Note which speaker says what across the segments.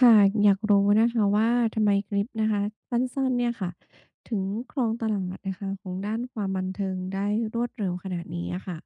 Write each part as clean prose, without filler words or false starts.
Speaker 1: ค่ะอยากรู้นะคะว่าทำไมคลิปนะคะสั้นๆเนี่ยค่ะถึงครองตลาดนะคะของด้านความบันเทิงได้รวดเร็วขนาดนี้อะค่ะ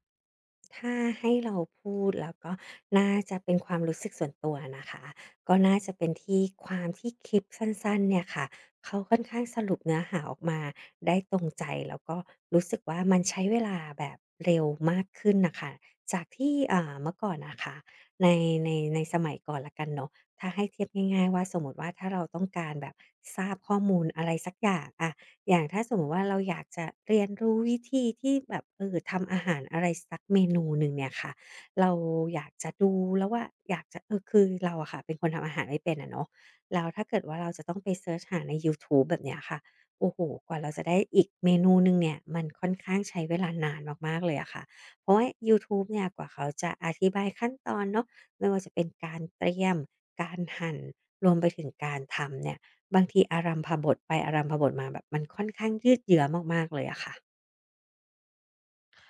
Speaker 2: ถ้าให้เราพูดแล้วก็น่าจะเป็นความรู้สึกส่วนตัวนะคะก็น่าจะเป็นที่ความที่คลิปสั้นๆเนี่ยค่ะเขาค่อนข้างสรุปเนื้อหาออกมาได้ตรงใจแล้วก็รู้สึกว่ามันใช้เวลาแบบเร็วมากขึ้นนะคะจากที่เมื่อก่อนนะคะในในในสมัยก่อนละกันเนาะถ้าให้เทียบง่ายๆว่าสมมติว่าถ้าเราต้องการแบบทราบข้อมูลอะไรสักอย่างอะ อย่างถ้าสมมติว่าเราอยากจะเรียนรู้วิธีที่แบบทำอาหารอะไรสักเมนูหนึ่งเนี่ยค่ะเราอยากจะดูแล้วว่าอยากจะคือเราอะค่ะเป็นคนทำอาหารไม่เป็นอะเนาะแล้วถ้าเกิดว่าเราจะต้องไปเซิร์ชหาในยูทูบแบบเนี้ยค่ะโอ้โฮกว่าเราจะได้อีกเมนูหนึ่งเนี่ยมันค่อนข้างใช้เวลานานมากๆเลยอะค่ะเพราะว่ายูทูบเนี่ยกว่าเขาจะอธิบายขั้นตอนเนาะไม่ว่าจะเป็นการเตรียมการหั่นรวมไปถึงการทำเนี่ย บางทีอารัมภบทไปอารัมภบทมาแบบมันค่อนข้างยืดเยื้อมากๆเลยอะค่ะ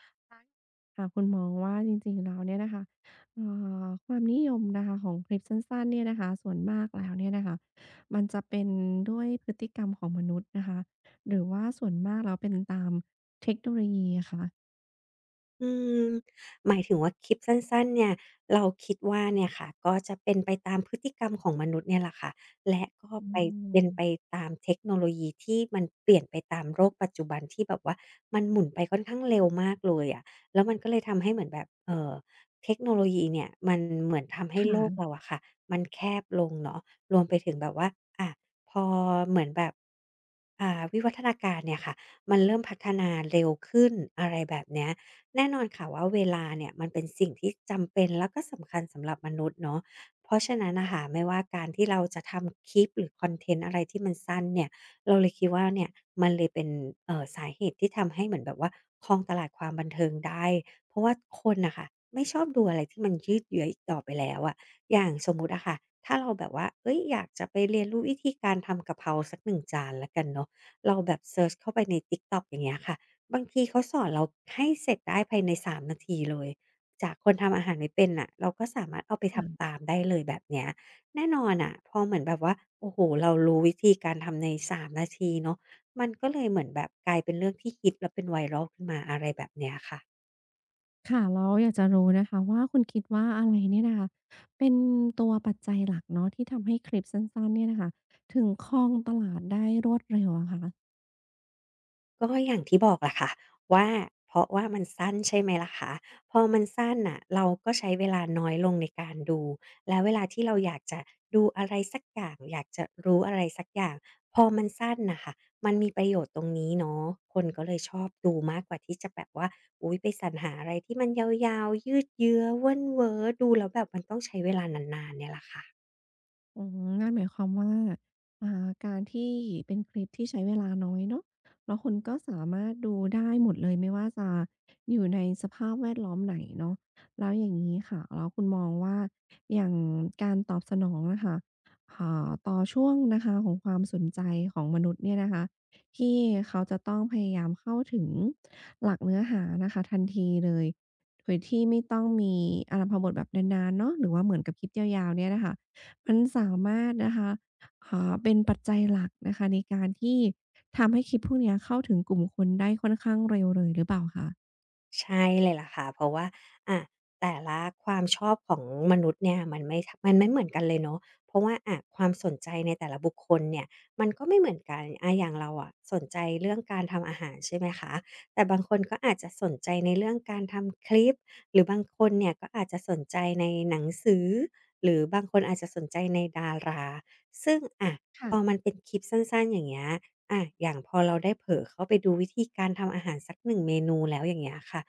Speaker 1: ค่ะค่ะคุณมองว่าจริงๆแล้วเนี่ยนะคะเอ่ความนิยมนะคะของคลิปสั้นๆเนี่ยนะคะส่วนมากแล้วเนี่ยนะคะมันจะเป็นด้วยพฤติกรรมของมนุษย์นะคะหรือว่าส่วนมากแล้วเป็นตามเทคโนโลยีอะคะ
Speaker 2: อืมหมายถึงว่าคลิปสั้นๆเนี่ยเราคิดว่าเนี่ยค่ะก็จะเป็นไปตามพฤติกรรมของมนุษย์เนี่ยแหละค่ะและก็
Speaker 1: อื
Speaker 2: ไปเป็นไป
Speaker 1: ม
Speaker 2: ตามเทคโนโลยีที่มันเปลี่ยนไปตามโลกปัจจุบันที่แบบว่ามันหมุนไปค่อนข้างเร็วมากเลยอะแล้วมันก็เลยทำให้เหมือนแบบเทคโนโลยีเนี่ยมันเหมือนทำให้โลก
Speaker 1: ค่ะ
Speaker 2: เราอะค่ะมันแคบลงเนาะรวมไปถึงแบบว่าอาพอเหมือนแบบวิวัฒนาการเนี่ยค่ะมันเริ่มพัฒนาเร็วขึ้นอะไรแบบเนี้ย แน่นอนค่ะว่าเวลาเนี่ยมันเป็นสิ่งที่จำเป็นแล้วก็สำคัญสำหรับมนุษย์เนาะเพราะฉะนั้นน่ะค่ะไม่ว่าการที่เราจะทำคลิปหรือคอนเทนต์อะไรที่มันสั้นเนี่ยเราเลยคิดว่าเนี่ยมันเลยเป็นสาเหตุที่ทำให้เหมือนแบบว่าครองตลาดความบันเทิงได้เพราะว่าคนน่ะค่ะไม่ชอบดูอะไรที่มันยืดเยื้ออีกต่อไปแล้วอะอย่างสมมุติอะค่ะถ้าเราแบบว่าเฮ้ยอยากจะไปเรียนรู้วิธีการทำกะเพราสักหนึ่งจานแล้วกันเนาะเราแบบเซิร์ชเข้าไปใน TikTok อย่างเงี้ยค่ะ บางทีเขาสอนเราให้เสร็จได้ภายใน3นาทีเลยจากคนทำอาหารไม่เป็นน่ะเราก็สามารถเอาไป
Speaker 1: ค่ะ
Speaker 2: ทำตามได้เลยแบบเนี้ยแน่นอนน่ะพอเหมือนแบบว่าโอ้โฮเรารู้วิธีการทำใน3นาทีเนาะมันก็เลยเหมือนแบบกลายเป็นเรื่องที่ฮิตแล้วเป็น viral ขึ้นมาอะไรแบบเนี้ยค่ะ
Speaker 1: ค่ะแล้วอยากจะรู้นะคะว่าคุณคิดว่าอะไรเนี่ยนะคะเป็นตัวปัจจัยหลักเนาะที่ทำให้คลิปสั้นๆเนี่ยน่ะค่ะถึงครองตลาดได้รวดเร็วอะคะ
Speaker 2: ก็อย่างที่บอกล่ะค่ะว่าเพราะว่ามันสั้นใช่ไหมล่ะคะพอมันสั้นน่ะเราก็ใช้เวลาน้อยลงในการดูแล้วเวลาที่เราอยากจะดูอะไรสักอย่างอยากจะรู้อะไรสักอย่างพอมันสั้นน่ะค่ะมันมีประโยชน์ตรงนี้เนาะคนก็เลยชอบดูมากกว่าที่จะแบบว่าอุ๊ยไปสรรหาอะไรที่มันยาวๆยืดเยื้อเว้นเว้อดูแล้วแบบมันต้องใช้เวลานานๆเนี่ยล่ะค่ะ
Speaker 1: อืมนั่นหมายความว่าการที่เป็นคลิปที่ใช้เวลาน้อยเนาะแล้วคุณก็สามารถดูได้หมดเลยไม่ว่าจะอยู่ในสภาพแวดล้อมไหนเนาะแล้วอย่างนี้ค่ะแล้วคุณมองว่าอย่างการตอบสนองนะค่ะต่อช่วงนะคะของความสนใจของมนุษย์เนี่ยนะคะที่เขาจะต้องพยายามเข้าถึงหลักเนื้อหานะคะทันทีเลยโดยที่ไม่ต้องมีอารัมภบทแบบนานๆเนาะหรือว่าเหมือนกับคลิปยาวๆเนี่ยนะคะ มันสามารถนะคะเป็นปัจจัยหลักนะคะในการที่ทำให้คลิปพวกเนี้ยเข้าถึงกลุ่มคนได้ค่อนข้างเร็วเลยหรือเปล่าค
Speaker 2: ใช่เลยล่ะค่ะเพราะว่าอะแต่ละความชอบของมนุษย์เนี่ยมันไม่เหมือนกันเลยเนาะเพราะว่าอะความสนใจในแต่ละบุคคลเนี่ยมันก็ไม่เหมือนกันอย่างเราอะสนใจเรื่องการทำอาหารใช่ไหมคะแต่บางคนก็อาจจะสนใจในเรื่องการทำคลิปหรือบางคนเนี่ยก็อาจจะสนใจในหนังสือหรือบางคนอาจจะสนใจในดาราซึ่งอะ
Speaker 1: ะ
Speaker 2: พอมันเป็นคลิปสั้นๆอย่างเงี้ย อะอย่างพอเราได้เผลอเข้าไปดูวิธีการทำอาหารสัก1เมนูแล้วอย่างเงี้ยค่ะ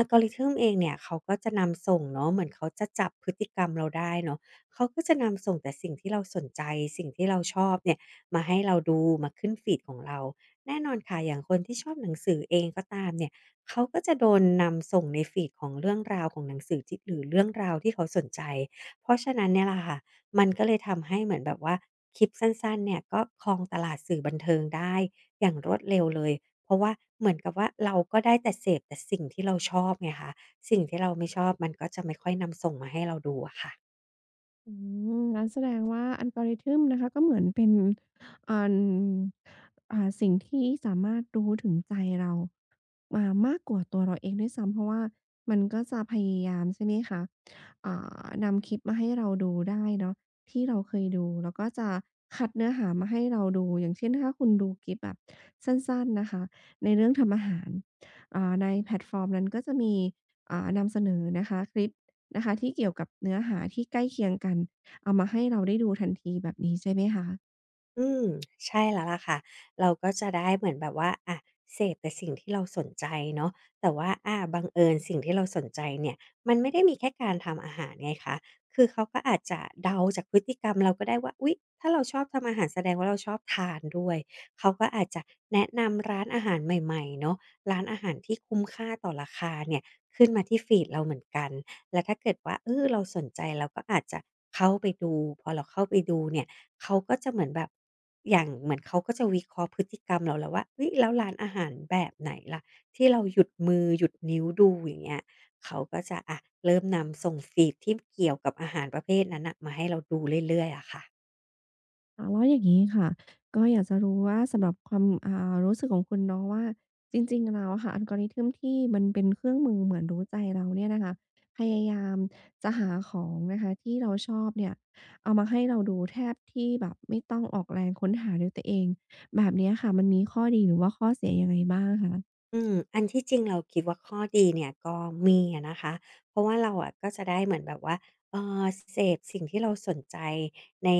Speaker 2: algorithm เองเนี่ยเขาก็จะนำส่งเนาะเหมือนเขาจะจับพฤติกรรมเราได้เนาะเขาก็จะนำส่งแต่สิ่งที่เราสนใจสิ่งที่เราชอบเนี่ยมาให้เราดูมาขึ้นฟีดของเราแน่นอนค่ะ อย่างคนที่ชอบหนังสือเองก็ตามเนี่ยเขาก็จะโดนนำส่งในฟีดของเรื่องราวของหนังสือที่หรือเรื่องราวที่เขาสนใจเพราะฉะนั้นเนี่ยล่ะค่ะ มันก็เลยทำให้เหมือนแบบว่าคลิปสั้นๆเนี่ยก็ครองตลาดสื่อบันเทิงได้อย่างรวดเร็วเลยเพราะว่าเหมือนกับว่าเราก็ได้แต่เสพแต่สิ่งที่เราชอบไงคะสิ่งที่เราไม่ชอบมันก็จะไม่ค่อยนำส่งมาให้เราดูอะค่ะ
Speaker 1: อืมงั้นแสดงว่าอั l กอ r ิ t h m นะคะก็เหมือนเป็นอันสิ่งที่สามารถรู้ถึงใจเรามามากกว่าตัวเราเองด้วยซ้ำเพราะว่ามันก็จะพยายามใช่ไหมคะอ่นำคลิปมาให้เราดูได้เนาะที่เราเคยดูแล้วก็จะคัดเนื้อหามาให้เราดูอย่างเช่นถ้าคุณดูคลิปแบบสั้นๆนะคะในเรื่องทำอาหารในแพลตฟอร์มนั้นก็จะมีนำเสนอนะคะคลิป นะคะที่เกี่ยวกับเนื้อหาที่ใกล้เคียงกันเอามาให้เราได้ดูทันทีแบบนี้ใช่ไหมคะ
Speaker 2: อืมใช่แล้วล่ะค่ะเราก็จะได้เหมือนแบบว่าอะเสพแต่สิ่งที่เราสนใจเนาะแต่ว่าอาบังเอิญสิ่งที่เราสนใจเนี่ยมันไม่ได้มีแค่การทำอาหารไงคะคือเขาก็อาจจะเดาจากพฤติกรรมเราก็ได้ว่าอุ๊ยถ้าเราชอบทำอาหารแสดงว่าเราชอบทานด้วยเขาก็อาจจะแนะนำร้านอาหารใหม่ๆเนาะร้านอาหารที่คุ้มค่าต่อราคาเนี่ยขึ้นมาที่ฟีดเราเหมือนกันและถ้าเกิดว่าเออเราสนใจเราก็อาจจะเข้าไปดูพอเราเข้าไปดูเนี่ย เขาก็จะเหมือนแบบอย่างเหมือนเขาก็จะวิเคราะห์พฤติกรรมเราแล้วว่าเฮ้ยแล้วร้านอาหารแบบไหนล่ะที่เราหยุดมือหยุดนิ้วดูอย่างเงี้ยเขาก็จะอะเริ่มนำส่งฟีดที่เกี่ยวกับอาหารประเภทนั้นนะมาให้เราดูเรื่อยๆอะค่ะ
Speaker 1: อาแล้วอย่างงี้ค่ะก็อยากจะรู้ว่าสำหรับความรู้สึกของคุณเนาะว่าจริงๆแล้วอะค่ะ algorithm ที่มันเป็นเครื่องมือเหมือนรู้ใจเราเนี่ยนะคะพยายามจะหาของนะคะที่เราชอบเนี่ยเอามาให้เราดูแทบที่แบบไม่ต้องออกแรงค้นหาด้วยตัวเองแบบเนี้ยค่ะมันมีข้อดีหรือว่าข้อเสียยังไงบ้างคะ
Speaker 2: อืมอันที่จริงเราคิดว่าข้อดีเนี่ยก็มีอะนะคะ เพราะว่าเราอะก็จะได้เหมือนแบบว่าเอษอเสพสิ่งที่เราสนใจใน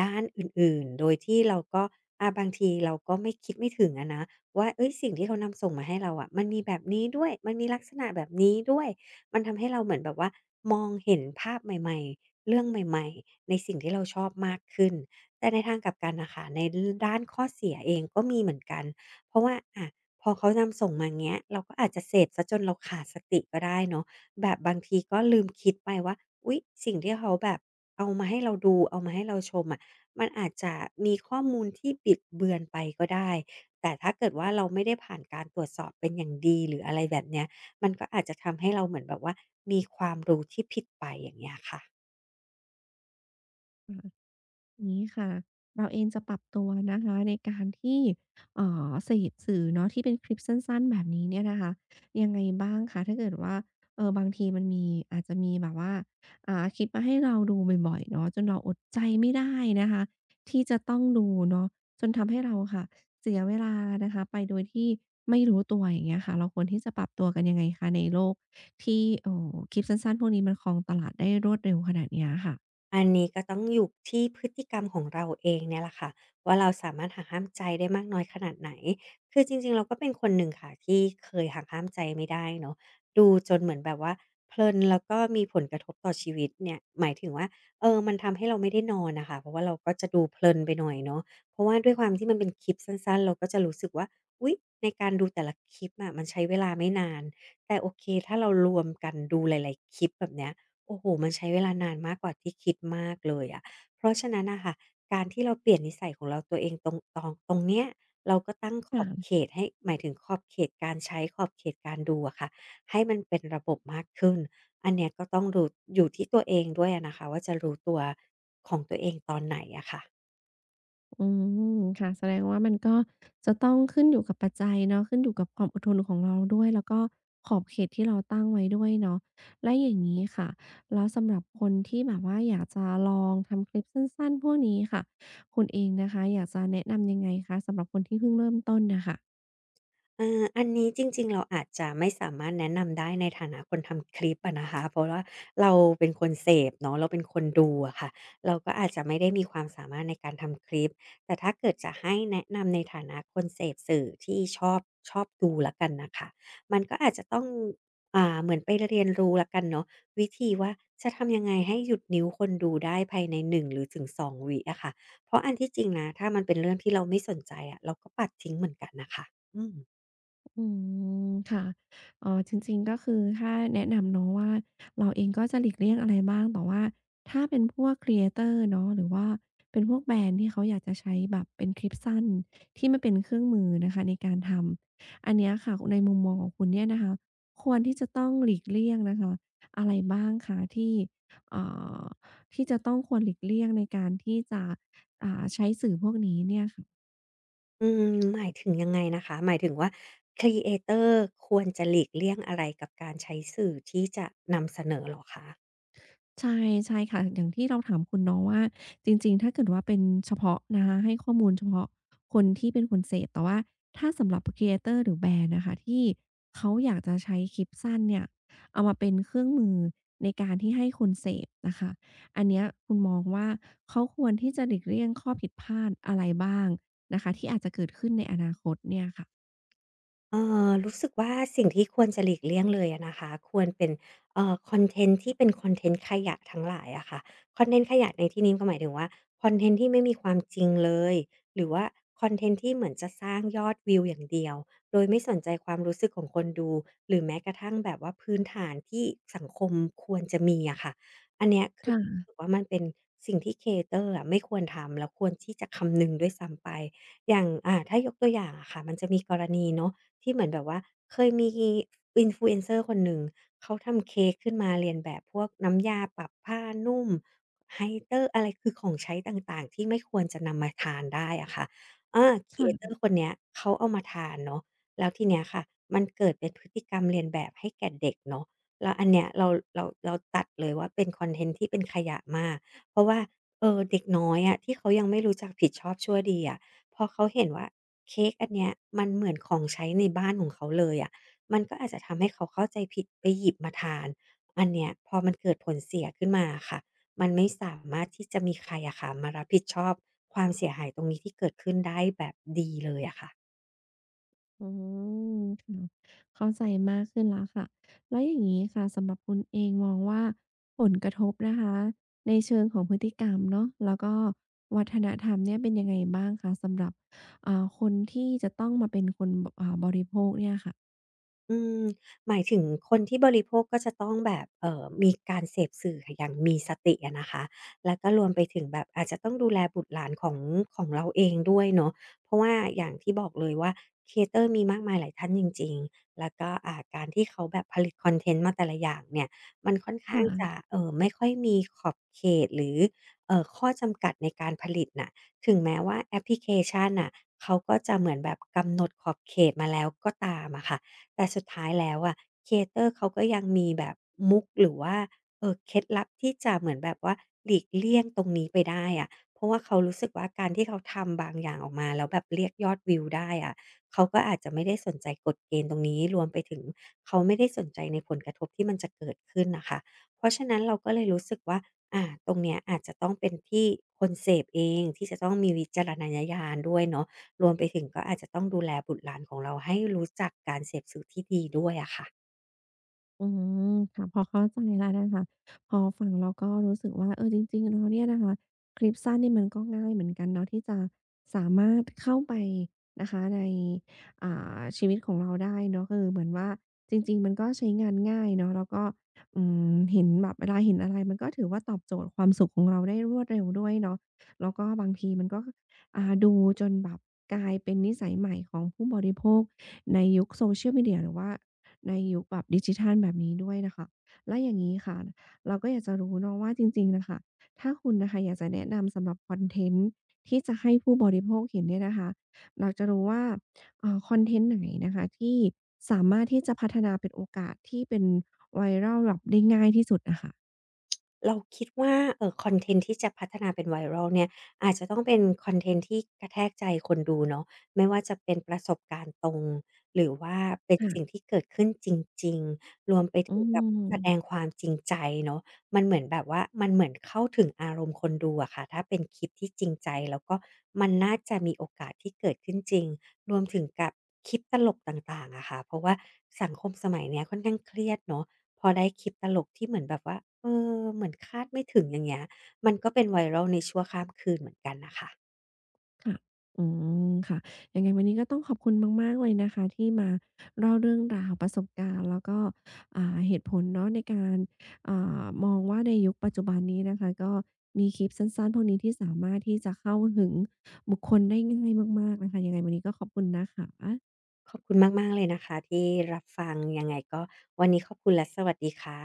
Speaker 2: ด้านอื่นๆโดยที่เราก็อาบางทีเราก็ไม่คิดไม่ถึงอะนะว่าเอ้ยสิ่งที่เขานำส่งมาให้เราอะมันมีแบบนี้ด้วย มันมีลักษณะแบบนี้ด้วย มันทำให้เราเหมือนแบบว่ามองเห็นภาพใหม่ๆ เรื่องใหม่ๆในสิ่งที่เราชอบมากขึ้นแต่ในทางกลับกันนะคะในด้านข้อเสียเองก็มีเหมือนกันเพราะว่าอะ พอเขานำส่งมาเงี้ยเราก็อาจจะเสพเสียจนเราขาดสติก็ได้เนาะแบบบางทีก็ลืมคิดไปว่าอุ๊ยสิ่งที่เขาแบบเอามาให้เราดูเอามาให้เราชมอะมันอาจจะมีข้อมูลที่บิดเบือนไปก็ได้แต่ถ้าเกิดว่าเราไม่ได้ผ่านการตรวจสอบเป็นอย่างดีหรืออะไรแบบเนี้ยมันก็อาจจะทำให้เราเหมือนแบบว่ามีความรู้ที่ผิดไปอย่างเงี้ยค่ะ
Speaker 1: นี้ค่ะเราเองจะปรับตัวนะคะในการที่เสพสื่อเนาะที่เป็นคลิปสั้นๆแบบนี้เนี่ยนะคะยังไงบ้างคะถ้าเกิดว่าเออบางทีมันมีอาจจะมีแบบว่าคลิปมาให้เราดูบ่อยๆเนาะจนเราอดใจไม่ได้นะคะที่จะต้องดูเนาะจนทำให้เราค่ะเสียเวลานะคะไปโดยที่ไม่รู้ตัวอย่างเงี้ยค่ะเราควรที่จะปรับตัวกันยังไงคะในโลกที่คลิปสั้นๆพวกนี้มันครองตลาดได้รวดเร็วขนาดเนี้ยค่ะ
Speaker 2: อันนี้ก็ต้องอยู่ที่พฤติกรรมของเราเองเนี่ยแหละค่ะว่าเราสามารถหักห้ามใจได้มากน้อยขนาดไหนคือจริงๆเราก็เป็นคนหนึ่งค่ะที่เคยหักห้ามใจไม่ได้เนาะดูจนเหมือนแบบว่าเพลินแล้วก็มีผลกระทบต่อชีวิตเนี่ยหมายถึงว่าเออมันทำให้เราไม่ได้นอนน่ะค่ะเพราะว่าเราก็จะดูเพลินไปหน่อยเนาะเพราะว่าด้วยความที่มันเป็นคลิปสั้นๆเราก็จะรู้สึกว่าอุ๊ยในการดูแต่ละคลิปอะมันใช้เวลาไม่นานแต่โอเคถ้าเรารวมกันดูหลายๆคลิปแบบเนี้ย โอ้โฮมันใช้เวลานานมากกว่าที่คิดมากเลยอะเพราะฉะนั้นน่ะค่ะการที่เราเปลี่ยนนิสัยของเราตัวเองตรงเนี้ยเราก็ตั้งขอบเข
Speaker 1: ค่ะ
Speaker 2: ตให้หมายถึงขอบเขตการใช้ขอบเขตการดูอะค่ะให้มันเป็นระบบมากขึ้นอันเนี้ยก็ต้องดูอยู่ที่ตัวเองด้วยอะนะคะว่าจะรู้ตัวของตัวเองตอนไหนอะค่ะ
Speaker 1: อืมค่ะแสดงว่ามันก็จะต้องขึ้นอยู่กับปัจจัยเนาะขึ้นอยู่กับความอดทนของเราด้วยแล้วก็ขอบเขตที่เราตั้งไว้ด้วยเนาะและอย่างงี้ค่ะแล้วสำหรับคนที่แบบว่าอยากจะลองทำคลิปสั้นๆพวกนี้ค่ะคุณเองนะคะอยากจะแนะนำยังไงคะสำหรับคนที่เพิ่งเริ่มต้นน่ะค่ะ
Speaker 2: เอาออันนี้จริงๆเราอาจจะไม่สามารถแนะนำได้ในฐานะคนทำคลิปอะนะคะเพราะว่าเราเป็นคนเสพเนาะเราเป็นคนดูอะค่ะเราก็อาจจะไม่ได้มีความสามารถในการทำคลิปแต่ถ้าเกิดจะให้แนะนำในฐานะคนเสพสื่อที่ชอบชอบดูแล้วกันนะคะมันก็อาจจะต้องเหมือนไปเรียนรู้แล้วกันเนาะวิธีว่าจะทำยังไงให้หยุดนิ้วคนดูได้ภายในหนึ่งหรือถึงสองวิอะค่ะเพราะอันที่จริงนะถ้ามันเป็นเรื่องที่เราไม่สนใจอะเราก็ปัดทิ้งเหมือนกันนะคะอืม
Speaker 1: อืมค่ะอ๋อจริงๆก็คือถ้าแนะนำเนาะว่าเราเองก็จะหลีกเลี่ยงอะไรบ้างแต่ว่าถ้าเป็นพวกครีเอเตอร์เนาะหรือว่าเป็นพวกแบรนด์ที่เขาอยากจะใช้แบบเป็นคลิปสั้นที่มันเป็นเครื่องมือนะคะในการทำอันเนี้ยค่ะในมุมมองของคุณเนี่ยนะคะควรที่จะต้องหลีกเลี่ยงนะคะอะไรบ้างคะที่อ่าที่จะต้องควรหลีกเลี่ยงในการที่จะใช้สื่อพวกนี้เนี่ยค่ะ
Speaker 2: อืมหมายถึงยังไงนะคะหมายถึงว่าครีเอเตอร์ควรจะหลีกเลี่ยงอะไรกับการใช้สื่อที่จะนำเสนอเหรอคะ
Speaker 1: ใช่ใช่ค่ะอย่างที่เราถามคุณเนาะว่าจริงๆ ถ้าเกิดว่าเป็นเฉพาะนะคะให้ข้อมูลเฉพาะคนที่เป็นคนเสพแต่ว่าถ้าสำหรับครีเอเตอร์หรือแบรนด์น่ะค่ะที่เขาอยากจะใช้คลิปสั้นเนี่ยเอามาเป็นเครื่องมือในการที่ให้คนเสพนะคะอันเนี้ยคุณมองว่าเขาควรที่จะหลีกเลี่ยงข้อผิดพลาดอะไรบ้างนะคะที่อาจจะเกิดขึ้นในอนาคตเนี่ยค่ะ
Speaker 2: เอ่รู้สึกว่าสิ่งที่ควรจะหลีกเลี่ยงเลยอะนะคะควรเป็นคอนเทนต์ที่เป็นคอนเทนต์ขยะทั้งหลายอะค่ะคอนเทนต์ขยะในที่นี้ก็หมายถึงว่าคอนเทนต์ที่ไม่มีความจริงเลยหรือว่าคอนเทนต์ที่เหมือนจะสร้างยอดวิวอย่างเดียวโดยไม่สนใจความรู้สึกของคนดูหรือแม้กระทั่งแบบว่าพื้นฐานที่สังคมควรจะมีอะค่ะอันเนี้ยคือ
Speaker 1: ค่ะ
Speaker 2: รู้สึกว่ามันเป็นสิ่งที่ c r e a อ o r อร์อะไม่ควรทำแล้วควรที่จะคำนึงด้วยซ้ำไปอย่างถ้ายกตัวอย่างอะค่ะมันจะมีกรณีเนาะ ที่เหมือนแบบว่าเคยมี influencer คนหนึ่งเขาทำเค้กขึ้นมาเรียนแบบพวกน้ำยาปรับผ้านุ่ม h i เตอร์ e r อะไรคือของใช้ต่างๆที่ไม่ควรจะนำมาทานได้อะค่ะอา
Speaker 1: ค่ะ
Speaker 2: creator คนเนี้ยเขาเอามาทานเนาะแล้วทีเนี้ยค่ะมันเกิดเป็นพฤติกรรมเลียนแบบให้แก่เด็กเนาะแล้วอันเนี้ยเราตัดเลยว่าเป็นคอนเทนต์ที่เป็นขยะมากเพราะว่าเด็กน้อยอะที่เขายังไม่รู้จักผิดชอบชั่วดีอะพอเขาเห็นว่า เค้กอันเนี้ยมันเหมือนของใช้ในบ้านของเขาเลยอะมันก็อาจจะทำให้เขาเข้าใจผิดไปหยิบมาทานอันเนี้ยพอมันเกิดผลเสียขึ้นมาอะค่ะ มันไม่สามารถที่จะมีใครอะค่ะมารับผิดชอบความเสียหายตรงนี้ที่เกิดขึ้นได้แบบดีเลยอะค่ะ
Speaker 1: อืมค่ะเข้าใจมากขึ้นแล้วค่ะแล้วอย่างนี้ค่ะสำหรับคุณเองมองว่าผลกระทบนะคะในเชิงของพฤติกรรมเนาะแล้วก็วัฒนธรรมเนี่ยเป็นยังไงบ้างคะสำหรับคนที่จะต้องมาเป็นคนบบริโภคเนี่ยค่ะ
Speaker 2: อืมหมายถึงคนที่บริโภคก็จะต้องแบบมีการเสพสื่ออย่างมีสติอะนะคะแล้วก็รวมไปถึงแบบอาจจะต้องดูแลบุตรหลานของเราเองด้วยเนาะเพราะว่าอย่างที่บอกเลยว่าครีเอเตอร์มีมากมายหลายท่านจริงๆแล้วก็การที่เขาแบบผลิตคอนเทนต์มาแต่ละอย่างเนี่ยมันค่อนข้างจะ
Speaker 1: ค่ะ
Speaker 2: ไม่ค่อยมีขอบเขตหรือข้อจำกัดในการผลิตน่ะถึงแม้ว่าแอปพลิเคชันน่ะเขาก็จะเหมือนแบบกำหนดขอบเขตมาแล้วก็ตามอะค่ะ แต่สุดท้ายแล้วอะครีเอเตอร์เขาก็ยังมีแบบมุกหรือว่าเคล็ดลับที่จะเหมือนแบบว่าหลีกเลี่ยงตรงนี้ไปได้อะเพราะว่าเขารู้สึกว่าการที่เขาทำบางอย่างออกมาแล้วแบบเรียกยอดวิวได้อะเขาก็อาจจะไม่ได้สนใจกฎเกณฑ์ตรงนี้รวมไปถึงเขาไม่ได้สนใจในผลกระทบที่มันจะเกิดขึ้นน่ะค่ะเพราะฉะนั้นเราก็เลยรู้สึกว่าอาตรงเนี้ยอาจจะต้องเป็นที่คนเสพเองที่จะต้องมีวิจารณญาณด้วยเนาะ รวมไปถึงก็อาจจะต้องดูแลบุตรหลานของเราให้รู้จักการเสพสื่อที่ดีด้วยอะค่ะ
Speaker 1: อืมค่ะพอเข้าใจแล้วนะคะพอฟังแล้วก็รู้สึกว่าเออจริงๆแล้วเนี่ยนะคะคลิปสั้นนี่มันก็ง่ายเหมือนกันเนาะที่จะสามารถเข้าไปนะคะในอ่ชีวิตของเราได้เนาะคือเหมือนว่าจริงๆมันก็ใช้งานง่ายเนาะแล้วก็อืมเห็นแบบเวลาเห็นอะไรมันก็ถือว่าตอบโจทย์ความสุขของเราได้รวดเร็วด้วยเนาะแล้วก็บางทีมันก็ดูจนแบบกลายเป็นนิสัยใหม่ของผู้บริโภคในยุค Social Media หรือว่า ในยุคแบบดิจิทัลแบบนี้ด้วยน่ะค่ะแล้วอย่างงี้ค่ะเราก็อยากจะรู้เนาะว่าจริงๆน่ะค่ะถ้าคุณน่ะค่ะอยากจะแนะนำสำหรับคอนเทนต์ที่จะให้ผู้บริโภคเห็นเนี่ยนะคะอยากจะรู้ว่าคอนเทนต์ไหนนะคะที่สามารถที่จะพัฒนาเป็นโอกาสที่เป็น viral แบบได้ง่ายที่สุดอะค่ะ
Speaker 2: เราคิดว่าคอนเทนต์ที่จะพัฒนาเป็น viral เนี่ยอาจจะต้องเป็นคอนเทนต์ที่กระแทกใจคนดูเนาะไม่ว่าจะเป็นประสบการณ์ตรงหรือว่าเป็นสิ่ง
Speaker 1: ค่ะ
Speaker 2: ที่เกิดขึ้นจริงๆรวมไป
Speaker 1: อื
Speaker 2: ถึงกับ
Speaker 1: ม
Speaker 2: แสดงความจริงใจเนาะมันเหมือนแบบว่ามันเหมือนเข้าถึงอารมณ์คนดูอะค่ะถ้าเป็นคลิปที่จริงใจแล้วก็มันน่าจะมีโอกาสที่เกิดขึ้นจริงรวมถึงกับคลิปตลกต่างๆอะค่ะเพราะว่าสังคมสมัยเนี้ยค่อนข้างเครียดเนาะ พอได้คลิปตลกที่เหมือนแบบว่า เอเหมือนคาดไม่ถึงอย่างเงี้ย มันก็เป็น viral ในชั่วข้ามคืนเหมือนกันน่ะค่ะ
Speaker 1: ค่ะอืมค่ะยังไงวันนี้ก็ต้องขอบคุณมากๆเลยนะคะที่มาเล่าเรื่องราวประสบการณ์แล้วก็เหตุผลเนาะในการอ่มองว่าในยุคปัจจุบันนี้นะคะก็มีคลิปสั้นๆพวกนี้ที่สามารถที่จะเข้าถึงบุคคลได้ง่ายมากๆนะคะยังไงวันนี้ก็ขอบคุณนะคะ
Speaker 2: ขอบคุณมากๆเลยนะคะที่รับฟังยังไงก็วันนี้ขอบคุณและสวัสดีค่ะ